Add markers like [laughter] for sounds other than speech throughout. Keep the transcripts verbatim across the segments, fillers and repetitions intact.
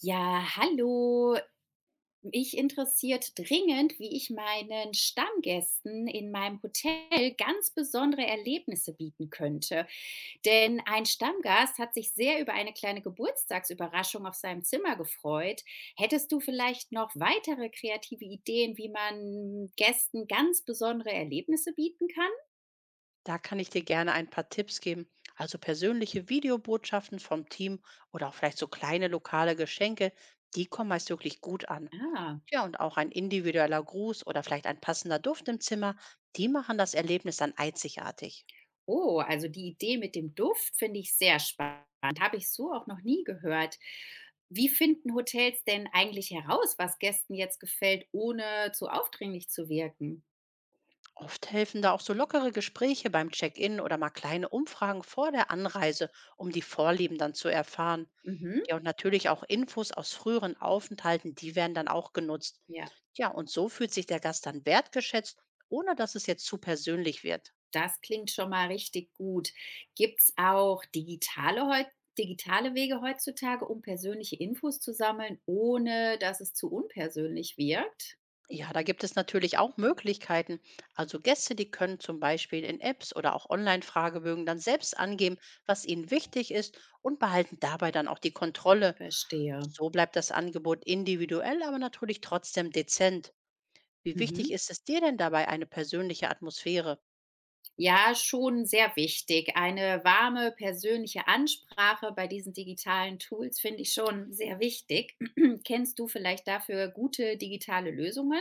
Ja, hallo. Mich interessiert dringend, wie ich meinen Stammgästen in meinem Hotel ganz besondere Erlebnisse bieten könnte. Denn ein Stammgast hat sich sehr über eine kleine Geburtstagsüberraschung auf seinem Zimmer gefreut. Hättest du vielleicht noch weitere kreative Ideen, wie man Gästen ganz besondere Erlebnisse bieten kann? Da kann ich dir gerne ein paar Tipps geben. Also persönliche Videobotschaften vom Team oder auch vielleicht so kleine lokale Geschenke, die kommen meist wirklich gut an. Ah. Ja, und auch ein individueller Gruß oder vielleicht ein passender Duft im Zimmer, die machen das Erlebnis dann einzigartig. Oh, also die Idee mit dem Duft finde ich sehr spannend. Habe ich so auch noch nie gehört. Wie finden Hotels denn eigentlich heraus, was Gästen jetzt gefällt, ohne zu aufdringlich zu wirken? Oft helfen da auch so lockere Gespräche beim Check-in oder mal kleine Umfragen vor der Anreise, um die Vorlieben dann zu erfahren. Mhm. Ja, und natürlich auch Infos aus früheren Aufenthalten, die werden dann auch genutzt. Ja, Ja, und so fühlt sich der Gast dann wertgeschätzt, ohne dass es jetzt zu persönlich wird. das klingt schon mal richtig gut. Gibt es auch digitale, heu- digitale Wege heutzutage, um persönliche Infos zu sammeln, ohne dass es zu unpersönlich wirkt? Ja, da gibt es natürlich auch Möglichkeiten. Also Gäste, die können zum Beispiel in Apps oder auch Online-Fragebögen dann selbst angeben, was ihnen wichtig ist und behalten dabei dann auch die Kontrolle. Verstehe. So bleibt das Angebot individuell, aber natürlich trotzdem dezent. Wie wichtig Mhm. ist es dir denn dabei eine persönliche Atmosphäre? Ja, schon sehr wichtig. Eine warme, persönliche Ansprache bei diesen digitalen Tools finde ich schon sehr wichtig. [clears throat] Kennst du vielleicht dafür gute digitale Lösungen?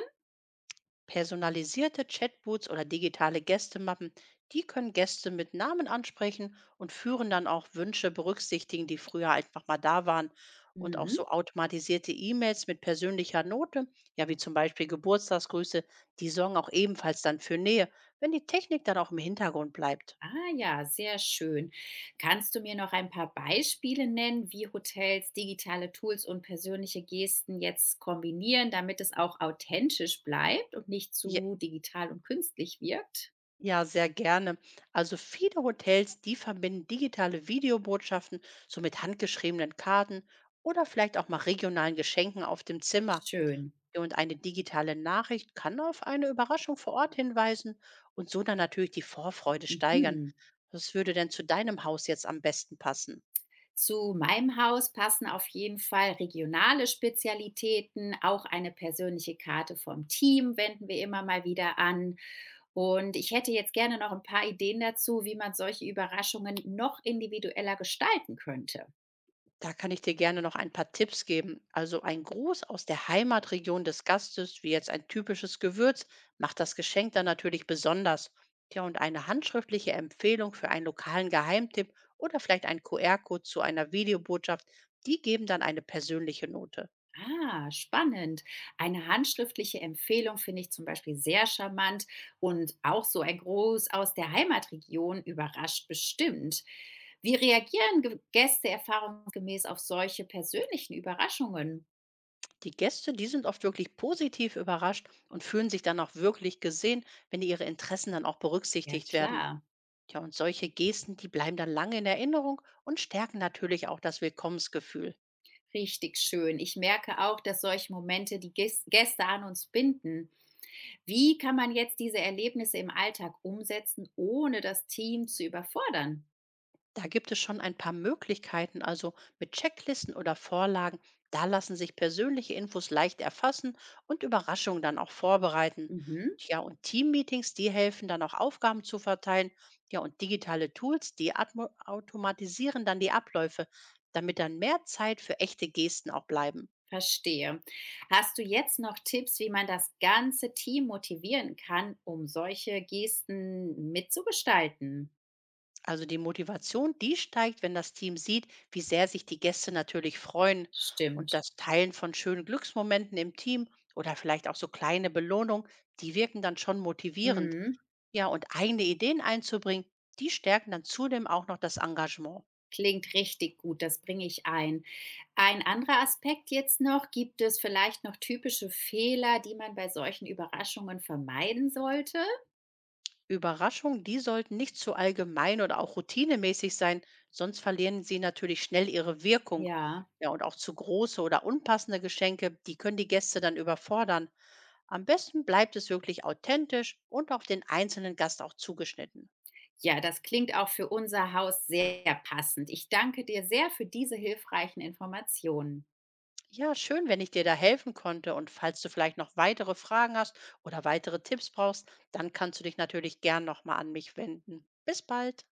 Personalisierte Chatboots oder digitale Gästemappen, die können Gäste mit Namen ansprechen und führen dann auch Wünsche berücksichtigen, die früher einfach mal da waren. Und auch Mhm. so automatisierte E-Mails mit persönlicher Note, ja wie zum Beispiel Geburtstagsgrüße, die sorgen auch ebenfalls dann für Nähe, wenn die Technik dann auch im Hintergrund bleibt. Ah ja, sehr schön. Kannst du mir noch ein paar Beispiele nennen, wie Hotels digitale Tools und persönliche Gesten jetzt kombinieren, damit es auch authentisch bleibt und nicht Ja, zu digital und künstlich wirkt? ja sehr gerne. Also viele Hotels, die verbinden digitale Videobotschaften so mit handgeschriebenen Karten oder vielleicht auch mal regionalen Geschenken auf dem Zimmer. Schön. Ja, und eine digitale Nachricht kann auf eine Überraschung vor Ort hinweisen und so dann natürlich die Vorfreude steigern. Mhm. Was würde denn zu deinem Haus jetzt am besten passen? Zu meinem Haus passen auf jeden Fall regionale Spezialitäten, auch eine persönliche Karte vom Team wenden wir immer mal wieder an. Und ich hätte jetzt gerne noch ein paar Ideen dazu, wie man solche Überraschungen noch individueller gestalten könnte. Da kann ich dir gerne noch ein paar Tipps geben. Also ein Gruß aus der Heimatregion des Gastes, wie jetzt ein typisches Gewürz, macht das Geschenk dann natürlich besonders. Ja, und eine handschriftliche Empfehlung für einen lokalen Geheimtipp oder vielleicht ein Q R-Code zu einer Videobotschaft, die geben dann eine persönliche Note. Ah, spannend. Eine handschriftliche Empfehlung finde ich zum Beispiel sehr charmant und auch so ein Gruß aus der Heimatregion überrascht bestimmt. Wie reagieren Ge- Gäste erfahrungsgemäß auf solche persönlichen Überraschungen? Die Gäste, die sind oft wirklich positiv überrascht und fühlen sich dann auch wirklich gesehen, wenn ihre Interessen dann auch Ja, berücksichtigt werden. klar. Tja, und solche Gesten, die bleiben dann lange in Erinnerung und stärken natürlich auch das Willkommensgefühl. Richtig schön. Ich merke auch, dass solche Momente die Gäs- Gäste an uns binden. Wie kann man jetzt diese Erlebnisse im Alltag umsetzen, ohne das Team zu überfordern? Da gibt es schon ein paar Möglichkeiten, also mit Checklisten oder Vorlagen. Da lassen sich persönliche Infos leicht erfassen und Überraschungen dann auch vorbereiten. Mhm. Tja, und Teammeetings, die helfen dann auch Aufgaben zu verteilen. Ja, und digitale Tools, die atmo- automatisieren dann die Abläufe, damit dann mehr Zeit für echte Gesten auch bleiben. Verstehe. Hast du jetzt noch Tipps, wie man das ganze Team motivieren kann, um solche Gesten mitzugestalten? Also die Motivation, die steigt, wenn das Team sieht, wie sehr sich die Gäste natürlich freuen. Und Stimmt. das Teilen von schönen Glücksmomenten im Team oder vielleicht auch so kleine Belohnungen, die wirken dann schon motivierend. Mhm. Ja, und eigene Ideen einzubringen, die stärken dann zudem auch noch das Engagement. Klingt richtig gut, das bringe ich ein. Ein anderer Aspekt jetzt noch, gibt es vielleicht noch typische Fehler, die man bei solchen Überraschungen vermeiden sollte? Überraschungen, die sollten nicht zu allgemein oder auch routinemäßig sein, sonst verlieren sie natürlich schnell ihre Wirkung. Ja. Ja, und auch zu große oder unpassende Geschenke, die können die Gäste dann überfordern. Am besten bleibt es wirklich authentisch und auf den einzelnen Gast auch zugeschnitten. Ja, das klingt auch für unser Haus sehr passend. Ich danke dir sehr für diese hilfreichen Informationen. Ja, schön, wenn ich dir da helfen konnte. Und falls du vielleicht noch weitere Fragen hast oder weitere Tipps brauchst, dann kannst du dich natürlich gern nochmal an mich wenden. Bis bald.